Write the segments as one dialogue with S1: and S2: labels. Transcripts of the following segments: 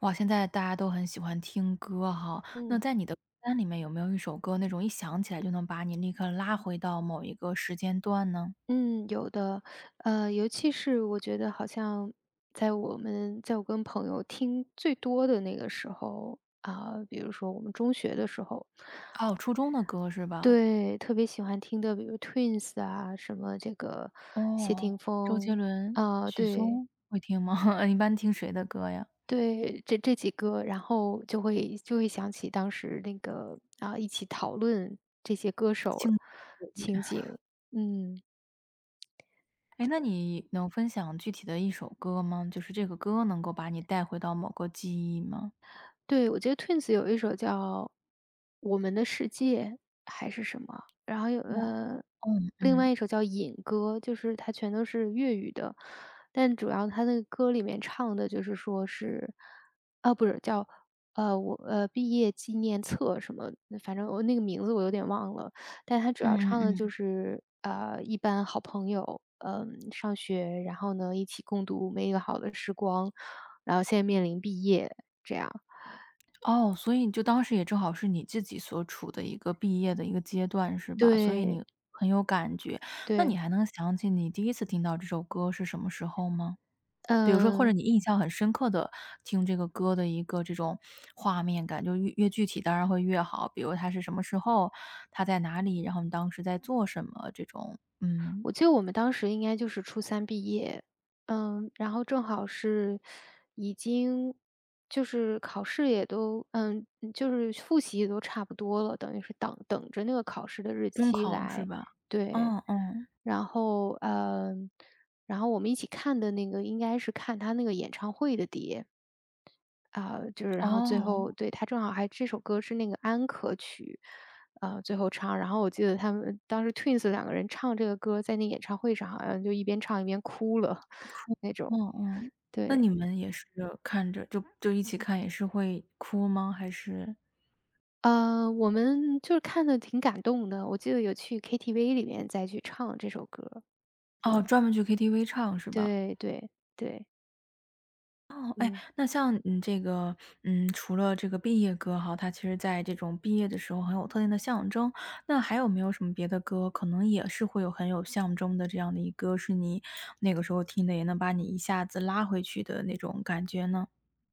S1: 哇，现在大家都很喜欢听歌哈，那
S2: 嗯
S1: 在你的歌单里面有没有一首歌，那种一想起来就能把你立刻拉回到某一个时间段呢？
S2: 嗯，有的，尤其是我觉得好像在我跟朋友听最多的那个时候啊，比如说我们中学的时候，
S1: 哦，初中的歌是吧？
S2: 对，特别喜欢听的，比如 Twins 啊，什么这个谢
S1: 哦，
S2: 霆
S1: 周杰
S2: 锋
S1: 伦、
S2: 啊，
S1: 许
S2: 对
S1: 嵩会听吗？一般听谁的歌呀？
S2: 对，这几个，然后就会想起当时那个啊，一起讨论这些歌
S1: 轻
S2: 手
S1: 音
S2: 情
S1: 乐。
S2: 景，嗯。
S1: 哎，那你能分享具体的一首歌吗？就是这个歌能够把你带回到某个记忆吗？
S2: 对，我记得 Twins 有一首叫《我们的世界》还是什么，然后有
S1: 哦，嗯
S2: 另
S1: 嗯嗯
S2: 外一首叫《引歌》，就是它全都是粤语的，但主要它那个歌里面唱的就是说是，啊，不是叫我毕业纪念册什么，反正我那个名字我有点忘了，但它主
S1: 嗯
S2: 要
S1: 嗯
S2: 唱的就
S1: 嗯。
S2: 是一般好朋友，上学，然后呢一起共度美好的时光，然后现在面临毕业这样。
S1: 哦，所以就当时也正好是你自己所处的一个毕业的一个阶段是吧？所以
S2: 对，
S1: 你很有感觉，那
S2: 对，
S1: 你还能想起你第一次听到这首歌是什么时候吗？比如说或者
S2: 嗯，
S1: 你印象很深刻的听这个歌的一个这种画面感，就越具体当然会越好，比如他是什么时候，他在哪里，然后你当时在做什么这种，嗯，
S2: 我记得我们当时应该就是初三毕业，然后正好是已经就是考试也都，就是复习也都差不多了，等于是等着那个考试的日
S1: 中
S2: 期
S1: 考是
S2: 来，
S1: 吧？
S2: 对。
S1: 嗯嗯，
S2: 然后，然后我们一起看的那个应该是看他那个演唱会的碟，啊，就是然后最后
S1: 哦。
S2: 对，他正好还这首歌是那个安可曲，啊，最后唱，然后我记得他们当时 Twins 两个人唱这个歌，在那演唱会上好像就一边唱一边哭了 那
S1: 嗯
S2: 种。
S1: 嗯，那你
S2: 对，
S1: 们也是看着就一起看也是会哭吗？还是
S2: 我们就是看的挺感动的，我记得有去 KTV 里面再去唱这首歌。
S1: 哦，
S2: 嗯，
S1: 专门去 KTV 唱是吧？
S2: 对对对，
S1: 哦，哎，
S2: 嗯。
S1: 那像你这个，嗯，除了这个毕业歌哈，它其实在这种毕业的时候很有特定的象征。那还有没有什么别的歌，可能也是会有很有象征的这样的一歌，是你那个时候听的，也能把你一下子拉回去的那种感觉呢？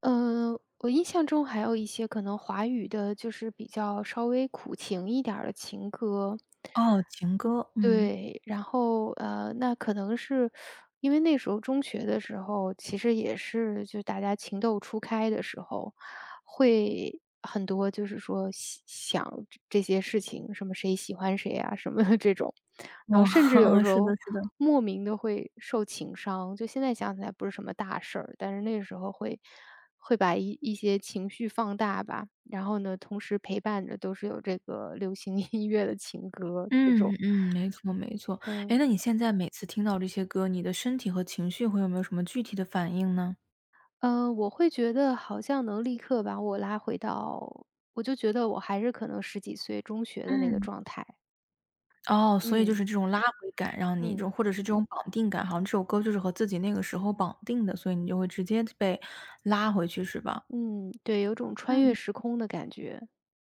S2: 呃，我印象中还有一些可能华语的，就是比较稍微苦情一点儿的情歌。
S1: 哦，情歌，嗯，
S2: 对，然后，那可能是因为那时候中学的时候，其实也是就大家情窦初开的时候。会很多就是说喜想这些事情，什么谁喜欢谁啊什么的这种，然后
S1: 哇，
S2: 甚至有 时
S1: 是的，
S2: 候
S1: 是的。
S2: 莫名的会受情伤，就现在想起来不是什么大事儿，但是那时候会把一些情绪放大吧，然后呢，同时陪伴着都是有这个流行 音乐的情歌这种。
S1: 嗯嗯，没错没错。哎，
S2: 嗯，
S1: 那你现在每次听到这些歌，你的身体和情绪会有没有什么具体的反应呢？
S2: 嗯，我会觉得好像能立刻把我拉回到我就觉得我还是可能十几岁中学的那个
S1: 嗯。
S2: 状态。
S1: 哦，所以就
S2: 嗯，
S1: 是这种拉回感，让你这
S2: 嗯，
S1: 种或者是这种绑定感，好像这首歌就是和自己那个时候绑定的，所以你就会直接被拉回去是吧？
S2: 嗯，对，有种穿越
S1: 嗯。
S2: 时空的感觉，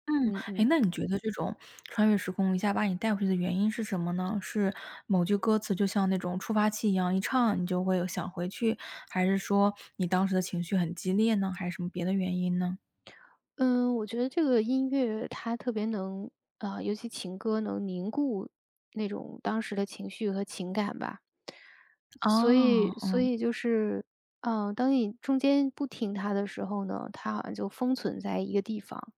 S1: 嗯，
S2: 嗯
S1: 哎，
S2: 嗯。
S1: 那你觉得这种穿越时空一下把你带回去的原因是什么呢？是某句歌词就像那种触发器一样，一唱你就会有想回去，还是说你当时的情绪很激烈呢？还是什么别的原因呢？
S2: 嗯，我觉得这个音乐它特别能，啊，尤其情歌能凝固那种当时的情绪和情感吧。所以
S1: 哦，
S2: 所
S1: 嗯，
S2: 以就是，当你中间不听它的时候呢，它好像就封存在一个地方。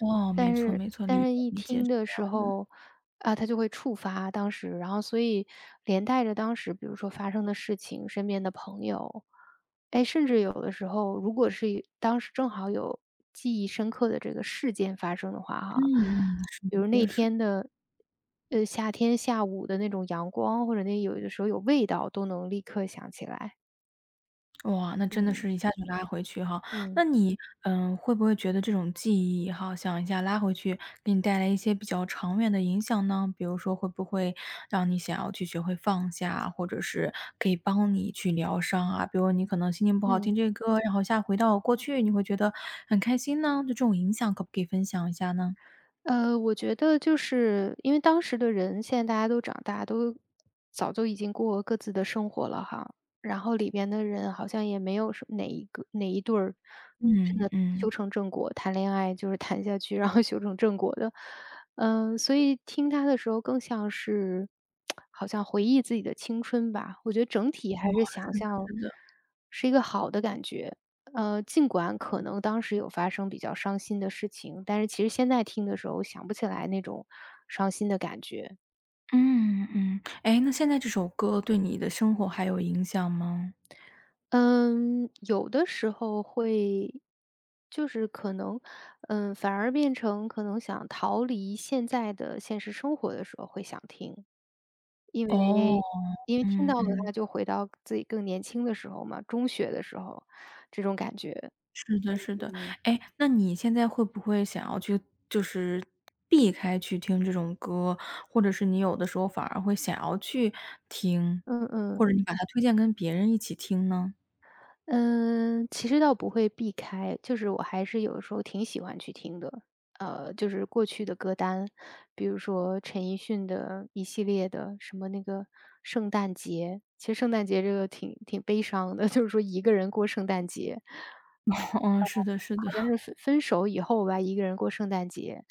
S1: 哦，
S2: 但
S1: 没错
S2: 是
S1: 没错，
S2: 但
S1: 理解
S2: 是一
S1: 理解，
S2: 听
S1: 是
S2: 的时
S1: 的。
S2: 候，啊，它就会触发当时，然后所以连带着当时比如说发生的事情、身边的朋友，哎，甚至有的时候，如果是当时正好有记忆深刻的这个事件发生的话
S1: 嗯
S2: 哈，
S1: 嗯，是
S2: 比
S1: 的，
S2: 如
S1: 确
S2: 那
S1: 实，
S2: 天的，夏天下午的那种阳光，或者那有的时候有味道，都能立刻想起来。
S1: 哇，那真的
S2: 嗯。
S1: 是一下就拉回去哈。
S2: 嗯
S1: 那你，会不会觉得这种记忆哈，想一下拉回去，给你带来一些比较长远的影响呢？比如说会不会让你想要去学会放下，或者是可以帮你去疗伤啊？比如你可能心情不好
S2: 嗯。
S1: 听这个歌，然后下回到过去，你会觉得很开心呢？就这种影响，可不可以分享一下呢？
S2: 我觉得就是因为当时的人，现在大家都长大，都早就已经过各自的生活了哈。然后里边的人好像也没有哪一个哪一对儿
S1: 嗯。
S2: 真
S1: 嗯
S2: 的修
S1: 嗯。
S2: 成正果，谈恋爱就是 谈下去，然后修成正果的。所以听他的时候更像是好像回忆自己的青春吧。我觉得整体还是想
S1: 是的
S2: 象
S1: 是的。
S2: 是一个好的感觉。尽管可能当时有发生比较伤心的事情，但是其实现在听的时候想不起来那种伤心的感觉。
S1: 嗯嗯，哎，那现在这首歌对你的生活还有影响吗？
S2: 嗯，有的时候会，就是可能，反而变成可能想逃离现在的现实生活的时候会想听，因
S1: 哦，
S2: 为因为听
S1: 嗯
S2: 到了
S1: 嗯，
S2: 它就回到自己更年轻的时候嘛，中学的时候这种感觉。
S1: 是的是的。
S2: 嗯。
S1: 哎，那你现在会不会想要去就是避开去听这种歌，或者是你有的时候反而会想要去听，
S2: 嗯
S1: 或
S2: 嗯。
S1: 者你把它推荐跟别人一起听呢？
S2: 嗯，其实倒不会避开，就是我还是有的时候挺喜欢去听的。就是过去的歌单，比如说陈奕迅的一系列的什么那个圣诞节，其实圣诞节这个挺悲伤的，就是说一个人过圣诞节。
S1: 嗯，是的是
S2: 好
S1: 的，
S2: 像是分手以后吧，一个人过圣诞节，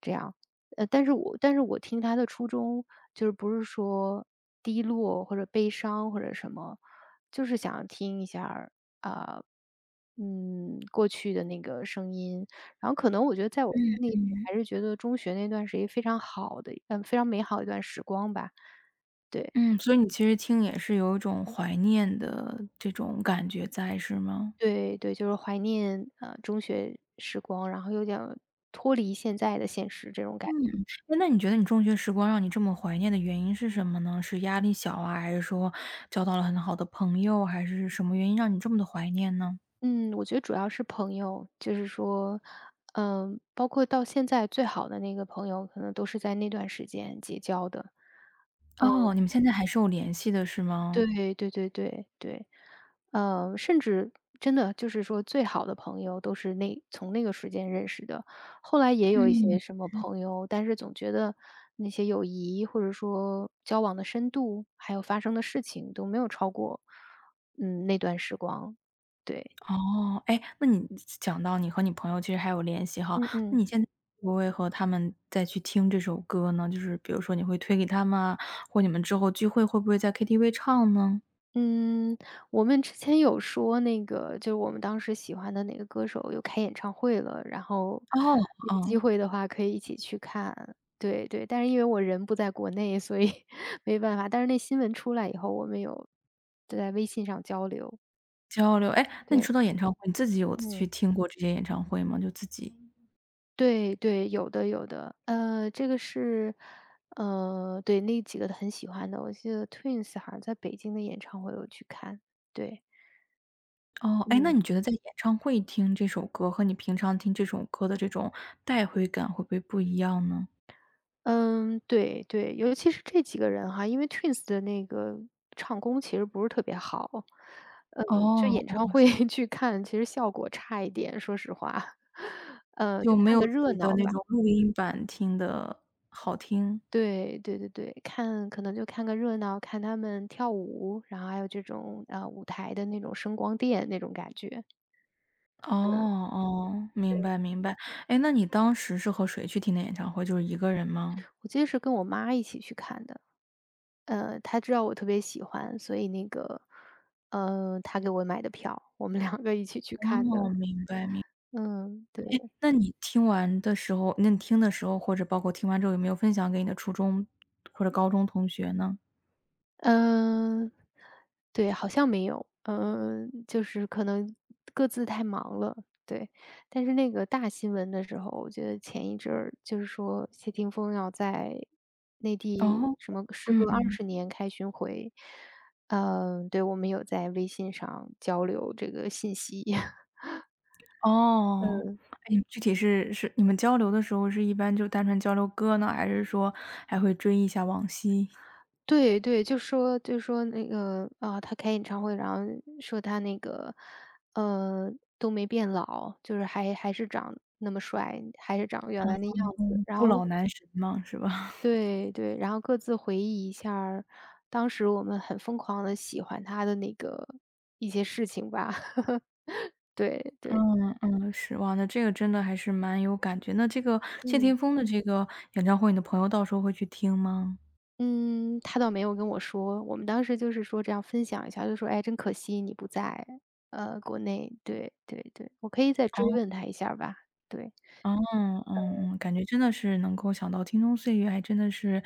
S2: 这样。但是我听他的初衷，就是不是说低落或者悲伤或者什么，就是想听一下儿，啊，过去的那个声音。然后可能我觉得在我
S1: 嗯
S2: 心里，我还是觉得中学那段是一个非常好的非常美好的一段时光吧。对，
S1: 嗯，所以你其实听也是有一种怀念的这种感觉在，是吗？
S2: 对对，就是怀念，中学时光，然后有点儿脱离现在的现实这种感觉。
S1: 诶，那你觉得你中学时光让你这么怀念的原因是什么呢？是压力小啊，还是说交到了很好的朋友，还是什么原因让你这么的怀念呢？
S2: 嗯，我觉得主要是朋友，就是说，包括到现在最好的那个朋友，可能都是在那段时间结交的。
S1: 哦，你们现在还是有联系的是
S2: 对
S1: 吗？
S2: 对对对对，甚至真的就是说，最好的朋友都是从那个时间认识的。后来也有一
S1: 嗯。
S2: 些什么朋友，但是总觉得那些友谊或者说交往的深度，还有发生的事情都没有超过，那段时光。对，
S1: 哦，哎，那你讲到你和你朋友其实还有联系哈，
S2: 嗯
S1: 那
S2: 嗯。
S1: 你现在会不会和他们再去听这首歌呢？就是比如说你会推给他们啊，或你们之后聚会会不会在 KTV 唱呢？
S2: 嗯，我们之前有说那个，就是我们当时喜欢的哪个歌手又开演唱会了，然后
S1: 哦，
S2: 有机
S1: 嗯，
S2: 会的话可以一起去看。对对，但是因为我人不在国内，所以 没办法。但是那新闻出来以后，我们有在微信上交流。
S1: 交流。哎，那你说到
S2: 对
S1: 演唱会，你自己有去
S2: 嗯。
S1: 听过这些演唱会吗？就自己
S2: 对对，有的有的。对，那几个很喜欢的，我记得 Twins 好像在北京的演唱会有去看。对。
S1: 哦，哎，那
S2: 嗯。
S1: 你觉得在演唱会听这首歌和你平常听这首歌的这种带回感会不会不一样呢？
S2: 嗯，对对，尤其是这几个人哈，因为 Twins 的那个唱功其实不是特别好，嗯，就演
S1: 哦，
S2: 唱会 去看，其实效果差一点，说实话，
S1: 就
S2: 就
S1: 没
S2: 看
S1: 有
S2: 个
S1: 自
S2: 热
S1: 己的
S2: 闹
S1: 那
S2: 吧。
S1: 种录音版听的好听。
S2: 对对对对，看可能就看个热闹，看他们跳舞，然后还有这种啊舞台的那种声光电那种感觉。
S1: 哦哦，明白明白。哎，那你当时是和谁去听的演唱会？就是一个人吗？
S2: 我记得是跟我妈一起去看的，她知道我特别喜欢，所以那个，她给我买的票，我们两个一起去看
S1: 哦，
S2: 的。
S1: 明白。
S2: 嗯，对，
S1: 那你听完的时候那你听的时候，或者包括听完之后，有没有分享给你的初中或者高中同学呢？
S2: 嗯，对，好像没有，就是可能各自太忙了，对。但是那个大新闻的时候，我觉得前一阵儿就是说谢霆锋要在内地
S1: 哦，
S2: 什么时
S1: 嗯
S2: 隔二
S1: 嗯。
S2: 十年开巡回，对，我们有在微信上交流这个信息。
S1: 哦，哎，具体是你们交流的时候是一般就单纯交流歌呢，还是说还会追忆一下往昔？
S2: 对对，就说那个啊，他开演唱会，然后说他那个，呃，都没变老，就是还是长那么帅，还是长原来那样子。
S1: 嗯，
S2: 然
S1: 不
S2: 后
S1: 老男神嘛，是吧？
S2: 对对，然后各自回忆一下儿当时我们很疯狂的喜欢他的那个一些事情吧。对 对，
S1: 嗯嗯，是。哇，那这个真的还是蛮有感觉。那这个谢
S2: 嗯。
S1: 霆锋的这个演唱会，你的朋友到时候会去听吗？
S2: 嗯，他倒没有跟我说，我们当时就是说这样分享一下，就说："哎，真可惜你不在，国内。"对对对，我可以再
S1: 哦，
S2: 追问他一下儿吧，对。
S1: 哦，嗯嗯，嗯感觉真的是能够想到青葱岁月，还真的是，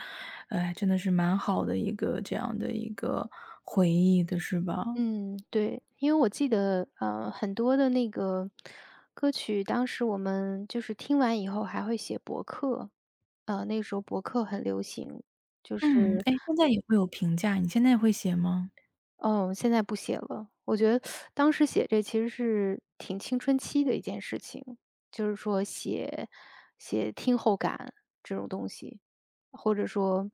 S1: 哎，真的是蛮好的一个这样的一个回忆的，是吧？
S2: 嗯，对，因为我记得，很多的那个歌曲，当时我们就是听完以后还会写博客，那个时候博客很流行，就
S1: 嗯，
S2: 是
S1: 哎，现在也会有评价，你现在会写吗？
S2: 嗯，现在不写了。我觉得当时写这其实是挺青春期的一件事情，就是说写听后感这种东西，或者说，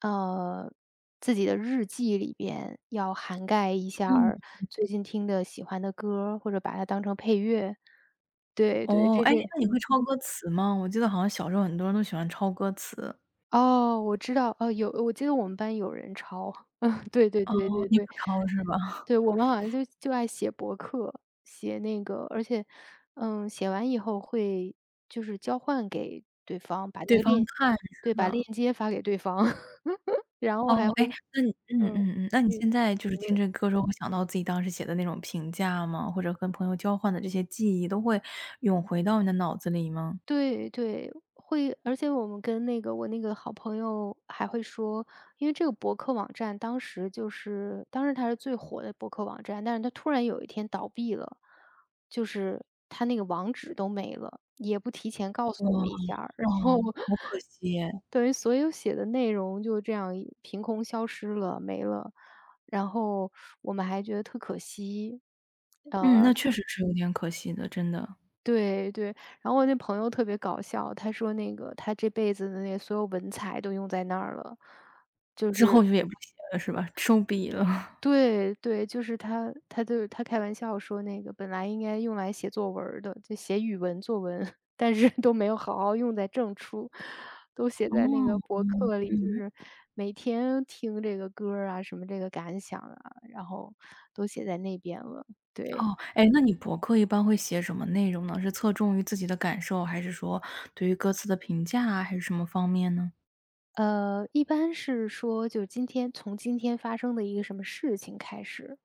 S2: 呃，自己的日记里边要涵盖一下
S1: 嗯，
S2: 儿最近听的喜欢的歌儿或者把它当成配乐。对对。
S1: 哦，哎，那你会抄歌词吗？我记得好像小时候很多人都喜欢抄歌词，
S2: 哦，我知道。哦，有我记得我们班有人抄，嗯，对对
S1: 哦，
S2: 对对
S1: 你不
S2: 对。
S1: 抄是吧？
S2: 对，我们好像就爱写博客，写那个而且，写完以后会就是交换给对方，把那
S1: 对
S2: 个
S1: 方
S2: 链
S1: 看
S2: 对，
S1: 是
S2: 把链
S1: 吧？
S2: 接发给对方，然后
S1: 哦，
S2: 还会。
S1: 哎，那你嗯
S2: 嗯。
S1: 嗯嗯，那你
S2: 去
S1: 现在就是听这歌的时候，会想到自己当时写的那种评价吗？或者跟朋友交换的这些记忆，都会涌回到你的脑子里吗？
S2: 对对，会，而且我们跟我那个好朋友还会说，因为这个博客网站当时它是最火的博客网站，但是它突然有一天倒闭了，就是它那个网址都没了，也不提前告
S1: 哇，
S2: 诉我们一下儿，然
S1: 哦，
S2: 后
S1: 好可惜耶。
S2: 等于所有写的内容就这样一凭空消失了，没了，然后我们还觉得特可惜。
S1: 嗯，那确实是有点可惜的，真的。
S2: 对对，然后我那朋友特别搞笑，他说那个他这辈子的那所有文采都用在那儿了，就
S1: 之后
S2: 是
S1: 就也不写了是吧？收笔了。
S2: 对对，就是他他就是他开玩笑说那个本来应该用来写作文儿的，就写语文作文，但是都没有好好用在正处，都写
S1: 哦，
S2: 在那个博
S1: 嗯，
S2: 客里，就
S1: 嗯。
S2: 是每天听这个歌儿啊，什么这个感想啊，然后都写在那边了，对。
S1: 哦，哎，那你博客一般会写什么内容呢？是侧重于自己的感受，还是说对于歌词的评价啊，还是什么方面呢？
S2: 一般是说就今天从今天发生的一个什么事情开始，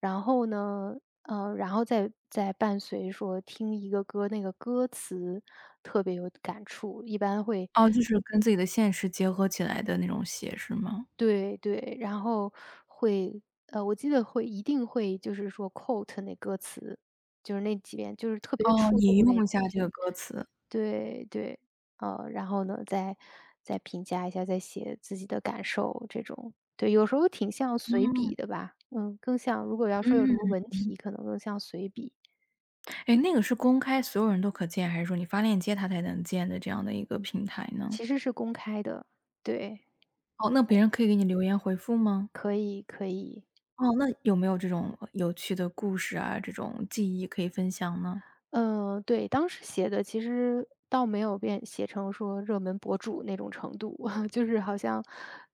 S2: 然后呢，然后再伴随说听一个歌，那个歌词特别有感触，一般会。
S1: 哦，就是跟自己的现实结合起来的那种写，是吗？
S2: 对对，然后会，我记得一定会就是说 quote 那歌词，就是那几遍，就是特别
S1: 哦，
S2: 触
S1: 引
S2: 动那
S1: 用一
S2: 几
S1: 下这个
S2: 句。
S1: 歌词。
S2: 对对，然后呢，再评价一下，再写自己的感受这种。对，有时候挺像随笔
S1: 嗯，
S2: 的吧，嗯，更像，如果要说有什么
S1: 嗯，
S2: 文体，可能更像随笔，
S1: 哎，那个是公开所有人都可见，还是说你发链接他才能见的这样的一个平台呢？
S2: 其实是公开的，对，
S1: 哦，那别人可以给你留言回复吗？
S2: 可以可以。
S1: 哦，那有没有这种有趣的故事啊，这种记忆可以分享呢？
S2: 嗯，对，当时写的其实倒没有变写成说热门博主那种程度，就是好像，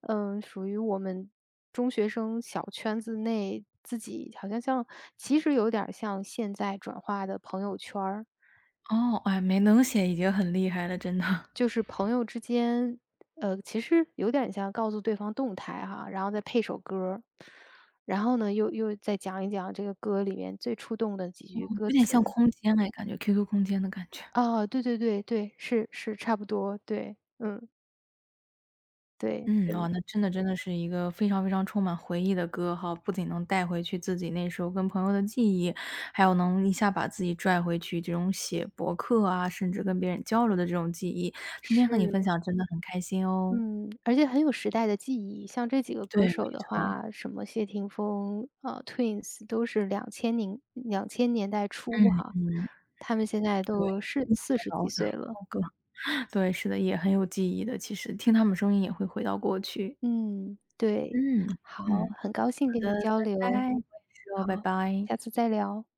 S2: 嗯，属于我们中学生小圈子内自己像其实有点儿像现在转化的朋友圈儿，
S1: 哦，哎，没能写已经很厉害了，真的。
S2: 就是朋友之间，其实有点像告诉对方动态哈，然后再配首歌儿然后呢，又再讲一讲这个歌里面最触动的几句歌
S1: 有点像
S2: 词。
S1: 空间哎，感觉 QQ 空间的感觉。
S2: 哦，对对对对，是是，差不多，对，嗯，对
S1: 嗯，
S2: 对，
S1: 哦，那真的真的是一个非常非常充满回忆的歌哈，不仅能带回去自己那时候跟朋友的记忆，还有能一下把自己拽回去这种写博客啊，甚至跟别人交流的这种记忆。今天和你
S2: 是，
S1: 分享真的很开心哦。
S2: 嗯，而且很有时代的记忆。像这几个
S1: 对，
S2: 歌手
S1: 没
S2: 的
S1: 错，
S2: 话，什么谢霆锋，啊 Twins 都是2000年代初
S1: 嗯
S2: 哈，
S1: 嗯，
S2: 他们现在
S1: 对，
S2: 都是
S1: 经典
S2: 四十
S1: 老
S2: 几岁了。
S1: 老歌，对，是的，也很有记忆的，其实听他们声音也会回到过去。
S2: 嗯，对，
S1: 嗯
S2: 好，
S1: 嗯，
S2: 很高兴
S1: 好
S2: 跟你
S1: 的，
S2: 交
S1: 拜
S2: 流，
S1: 拜，我也是哦，
S2: 好，
S1: 拜拜。
S2: 下次再聊。